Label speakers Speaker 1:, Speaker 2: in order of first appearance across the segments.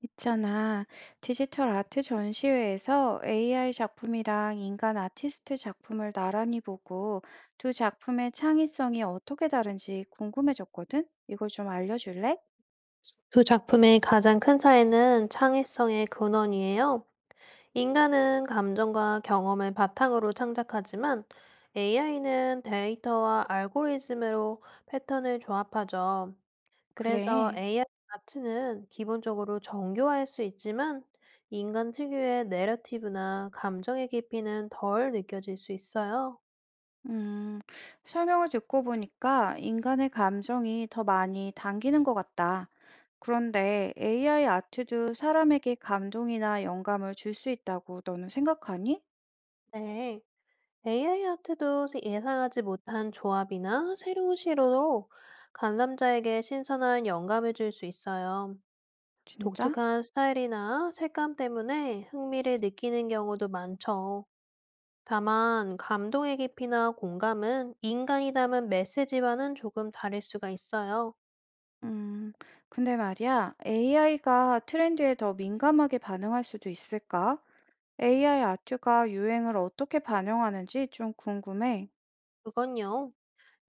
Speaker 1: 있잖아. 디지털 아트 전시회에서 AI 작품이랑 인간 아티스트 작품을 나란히 보고 두 작품의 창의성이 어떻게 다른지 궁금해졌거든? 이걸 좀 알려줄래?
Speaker 2: 두 작품의 가장 큰 차이는 창의성의 근원이에요. 인간은 감정과 경험을 바탕으로 창작하지만 AI는 데이터와 알고리즘으로 패턴을 조합하죠. 그래서
Speaker 1: 그래.
Speaker 2: AI 아트는 기본적으로 정교할 수 있지만 인간 특유의 내러티브나 감정의 깊이는 덜 느껴질 수 있어요.
Speaker 1: 음, 설명을 듣고 보니까 인간의 감정이 더 많이 당기는 것 같다. 그런데 AI 아트도 사람에게 감동이나 영감을 줄 수 있다고 너는 생각하니?
Speaker 2: 네. AI 아트도 예상하지 못한 조합이나 새로운 시도로 관람자에게 신선한 영감을 줄 수 있어요.
Speaker 1: 진짜?
Speaker 2: 독특한 스타일이나 색감 때문에 흥미를 느끼는 경우도 많죠. 다만, 감동의 깊이나 공감은 인간이 담은 메시지와는 조금 다를 수가 있어요.
Speaker 1: 음, 근데 말이야, AI가 트렌드에 더 민감하게 반응할 수도 있을까? AI 아트가 유행을 어떻게 반영하는지 좀 궁금해.
Speaker 2: 그건요.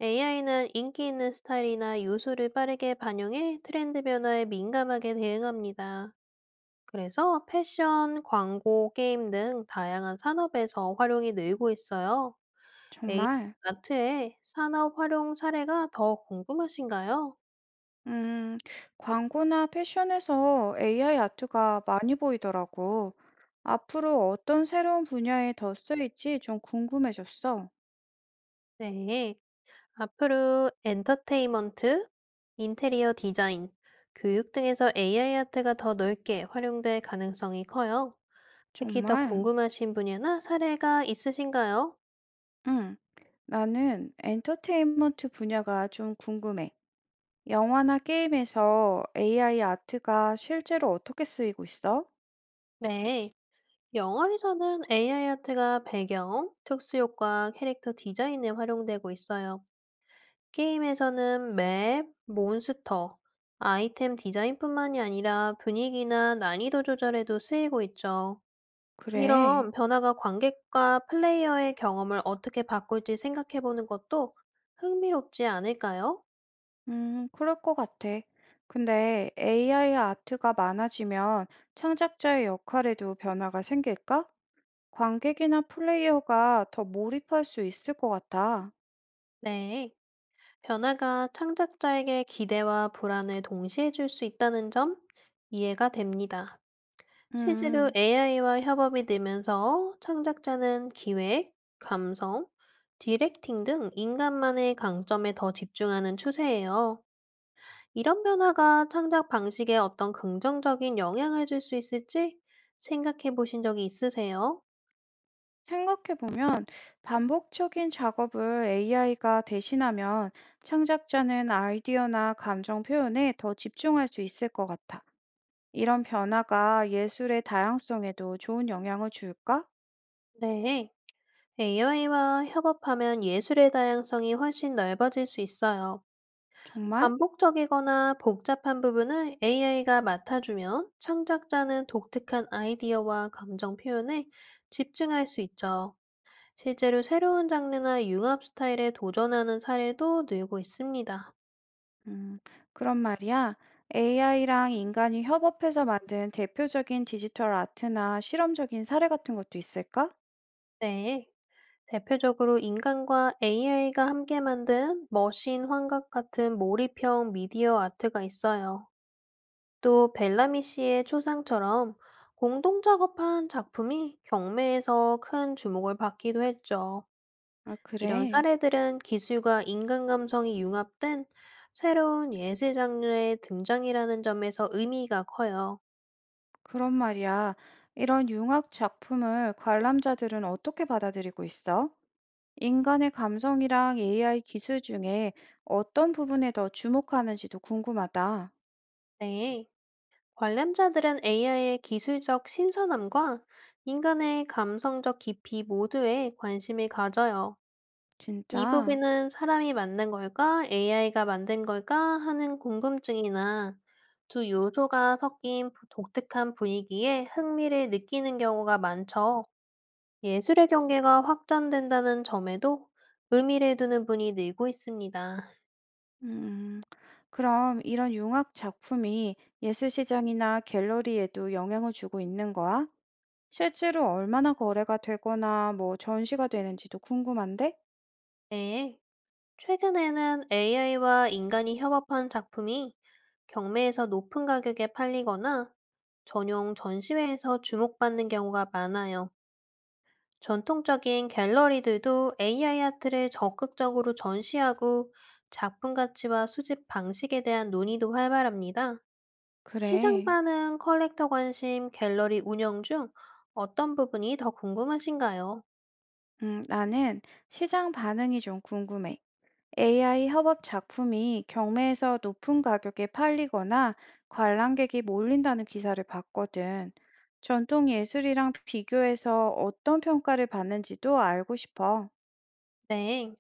Speaker 2: AI는 인기 있는 스타일이나 요소를 빠르게 반영해 트렌드 변화에 민감하게 대응합니다. 그래서 패션, 광고, 게임 등 다양한 산업에서 활용이 늘고 있어요. AI
Speaker 1: 정말.
Speaker 2: 마트의 산업 활용 사례가 더 궁금하신가요?
Speaker 1: 음, 광고나 패션에서 AI 아트가 많이 보이더라고. 앞으로 어떤 새로운 분야에 더 쓰일지 좀 궁금해졌어.
Speaker 2: 네. 앞으로 엔터테인먼트, 인테리어 디자인, 교육 등에서 AI 아트가 더 넓게 활용될 가능성이 커요. 특히 더
Speaker 1: 정말.
Speaker 2: 궁금하신 분야나 사례가 있으신가요?
Speaker 1: 응, 나는 엔터테인먼트 분야가 좀 궁금해. 영화나 게임에서 AI 아트가 실제로 어떻게 쓰이고 있어?
Speaker 2: 네. 영화에서는 AI 아트가 배경, 특수효과, 캐릭터 디자인에 활용되고 있어요. 게임에서는 맵, 몬스터, 아이템 디자인뿐만이 아니라 분위기나 난이도 조절에도 쓰이고 있죠.
Speaker 1: 그래.
Speaker 2: 이런 변화가 관객과 플레이어의 경험을 어떻게 바꿀지 생각해보는 것도 흥미롭지 않을까요?
Speaker 1: 그럴 것 같아. 근데 AI 아트가 많아지면 창작자의 역할에도 변화가 생길까? 관객이나 플레이어가 더 몰입할 수 있을 것 같아.
Speaker 2: 네. 변화가 창작자에게 기대와 불안을 동시에 줄 수 있다는 점 이해가 됩니다. 실제로
Speaker 1: 음,
Speaker 2: AI와 협업이 늘면서 창작자는 기획, 감성, 디렉팅 등 인간만의 강점에 더 집중하는 추세예요. 이런 변화가 창작 방식에 어떤 긍정적인 영향을 줄 수 있을지 생각해 보신 적이 있으세요?
Speaker 1: 생각해보면 반복적인 작업을 AI가 대신하면 창작자는 아이디어나 감정 표현에 더 집중할 수 있을 것 같아. 이런 변화가 예술의 다양성에도 좋은 영향을 줄까?
Speaker 2: 네. AI와 협업하면 예술의 다양성이 훨씬 넓어질 수 있어요.
Speaker 1: 정말?
Speaker 2: 반복적이거나 복잡한 부분을 AI가 맡아주면 창작자는 독특한 아이디어와 감정 표현에 집중할 수 있죠. 실제로 새로운 장르나 융합 스타일에 도전하는 사례도 늘고 있습니다.
Speaker 1: 음, 그런 말이야. AI랑 인간이 협업해서 만든 대표적인 디지털 아트나 실험적인 사례 같은 것도 있을까?
Speaker 2: 네. 대표적으로 인간과 AI가 함께 만든 머신 환각 같은 몰입형 미디어 아트가 있어요. 또 벨라미 씨의 초상처럼 공동 작업한 작품이 경매에서 큰 주목을 받기도 했죠.
Speaker 1: 아,
Speaker 2: 이런
Speaker 1: 그래.
Speaker 2: 사례들은 기술과 인간 감성이 융합된 새로운 예술 장르의 등장이라는 점에서 의미가 커요.
Speaker 1: 그런 말이야. 이런 융합 작품을 관람자들은 어떻게 받아들이고 있어? 인간의 감성이랑 AI 기술 중에 어떤 부분에 더 주목하는지도 궁금하다.
Speaker 2: 네. 관람자들은 AI의 기술적 신선함과 인간의 감성적 깊이 모두에 관심을 가져요. 이
Speaker 1: 진짜?
Speaker 2: 부분은 사람이 만든 걸까, AI가 만든 걸까 하는 궁금증이나 두 요소가 섞인 독특한 분위기에 흥미를 느끼는 경우가 많죠. 예술의 경계가 확장된다는 점에도 의미를 두는 분이 늘고 있습니다.
Speaker 1: 음, 그럼 이런 융합 작품이 예술 시장이나 갤러리에도 영향을 주고 있는 거야? 실제로 얼마나 거래가 되거나 뭐 전시가 되는지도 궁금한데?
Speaker 2: 네, 최근에는 AI와 인간이 협업한 작품이 경매에서 높은 가격에 팔리거나 전용 전시회에서 주목받는 경우가 많아요. 전통적인 갤러리들도 AI 아트를 적극적으로 전시하고 작품 가치와 수집 방식에 대한 논의도 활발합니다. 시장
Speaker 1: 그래.
Speaker 2: 반응, 컬렉터 관심, 갤러리 운영 중 어떤 부분이 더 궁금하신가요?
Speaker 1: 나는 시장 반응이 좀 궁금해. AI 협업 작품이 경매에서 높은 가격에 팔리거나 관람객이 몰린다는 기사를 봤거든. 전통 예술이랑 비교해서 어떤 평가를 받는지도 알고 싶어.
Speaker 2: 네.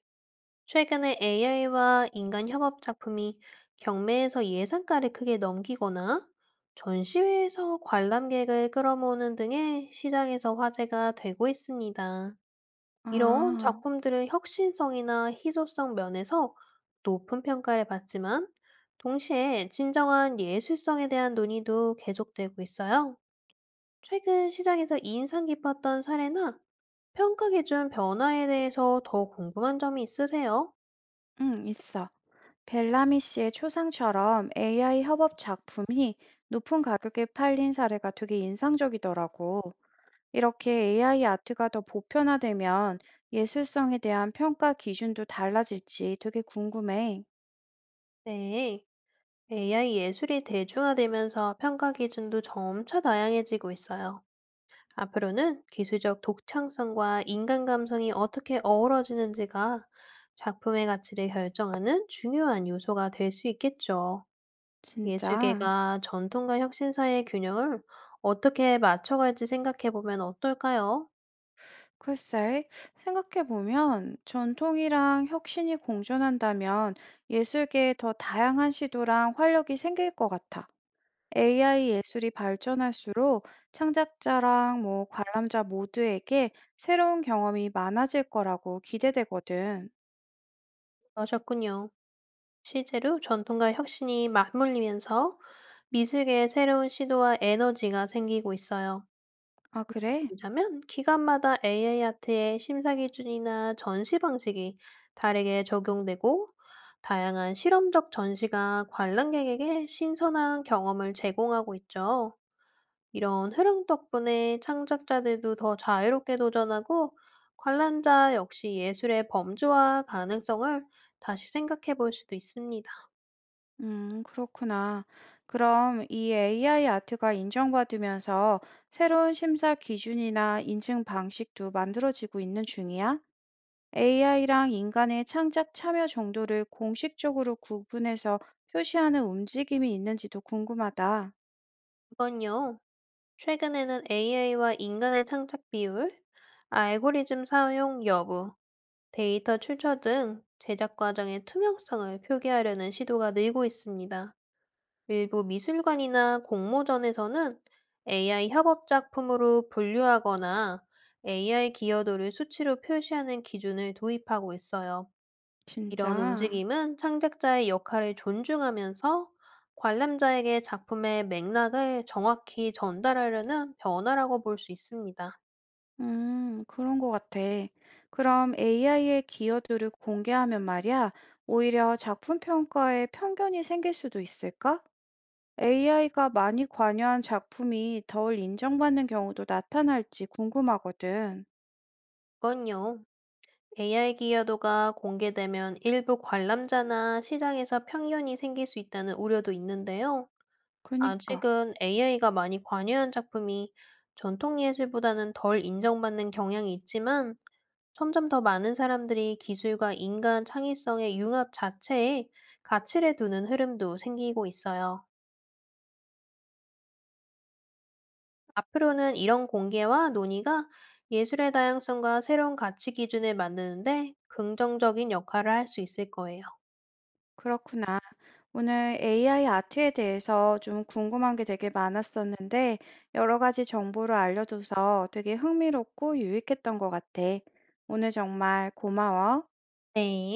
Speaker 2: 최근에 AI와 인간 협업 작품이 경매에서 예상가를 크게 넘기거나 전시회에서 관람객을 끌어모으는 등의 시장에서 화제가 되고 있습니다. 이런
Speaker 1: 아,
Speaker 2: 작품들은 혁신성이나 희소성 면에서 높은 평가를 받지만 동시에 진정한 예술성에 대한 논의도 계속되고 있어요. 최근 시장에서 인상 깊었던 사례나 평가 기준 변화에 대해서 더 궁금한 점이 있으세요?
Speaker 1: 응, 있어. 벨라미 씨의 초상처럼 AI 협업 작품이 높은 가격에 팔린 사례가 되게 인상적이더라고. 이렇게 AI 아트가 더 보편화되면 예술성에 대한 평가 기준도 달라질지 되게 궁금해.
Speaker 2: 네, AI 예술이 대중화되면서 평가 기준도 점차 다양해지고 있어요. 앞으로는 기술적 독창성과 인간 감성이 어떻게 어우러지는지가 작품의 가치를 결정하는 중요한 요소가 될 수 있겠죠.
Speaker 1: 진짜.
Speaker 2: 예술계가 전통과 혁신 사이의 균형을 어떻게 맞춰갈지 생각해 보면 어떨까요?
Speaker 1: 글쎄, 생각해보면 전통이랑 혁신이 공존한다면 예술계에 더 다양한 시도랑 활력이 생길 것 같아. AI 예술이 발전할수록 창작자랑 뭐 관람자 모두에게 새로운 경험이 많아질 거라고 기대되거든.
Speaker 2: 러셨군요. 실제로 전통과 혁신이 맞물리면서 미술계의 새로운 시도와 에너지가 생기고 있어요.
Speaker 1: 아, 그래?
Speaker 2: 왜냐면 기관마다 AI 아트의 심사 기준이나 전시 방식이 다르게 적용되고 다양한 실험적 전시가 관람객에게 신선한 경험을 제공하고 있죠. 이런 흐름 덕분에 창작자들도 더 자유롭게 도전하고 관람자 역시 예술의 범주와 가능성을 다시 생각해 볼 수도 있습니다.
Speaker 1: 그렇구나. 그럼 이 AI 아트가 인정받으면서 새로운 심사 기준이나 인증 방식도 만들어지고 있는 중이야? AI랑 인간의 창작 참여 정도를 공식적으로 구분해서 표시하는 움직임이 있는지도 궁금하다.
Speaker 2: 이건요, 최근에는 AI와 인간의 창작 비율, 알고리즘 사용 여부, 데이터 출처 등 제작 과정의 투명성을 표기하려는 시도가 늘고 있습니다. 일부 미술관이나 공모전에서는 AI 협업 작품으로 분류하거나 AI 기여도를 수치로 표시하는 기준을 도입하고 있어요. 이런
Speaker 1: 진짜.
Speaker 2: 움직임은 창작자의 역할을 존중하면서 관람자에게 작품의 맥락을 정확히 전달하려는 변화라고 볼 수 있습니다.
Speaker 1: 그런 것 같아. 그럼 AI의 기여도를 공개하면 말이야, 오히려 작품 평가에 편견이 생길 수도 있을까? AI가 많이 관여한 작품이 덜 인정받는 경우도 나타날지 궁금하거든.
Speaker 2: 이건요, AI 기여도가 공개되면 일부 관람자나 시장에서 편견이 생길 수 있다는 우려도 있는데요.
Speaker 1: 그니까,
Speaker 2: 아직은 AI가 많이 관여한 작품이 전통 예술보다는 덜 인정받는 경향이 있지만 점점 더 많은 사람들이 기술과 인간 창의성의 융합 자체에 가치를 두는 흐름도 생기고 있어요. 앞으로는 이런 공개와 논의가 예술의 다양성과 새로운 가치 기준을 만드는데 긍정적인 역할을 할 수 있을 거예요.
Speaker 1: 그렇구나. 오늘 AI 아트에 대해서 좀 궁금한 게 되게 많았었는데, 여러 가지 정보를 알려줘서 되게 흥미롭고 유익했던 것 같아. 오늘 정말 고마워.
Speaker 2: 네.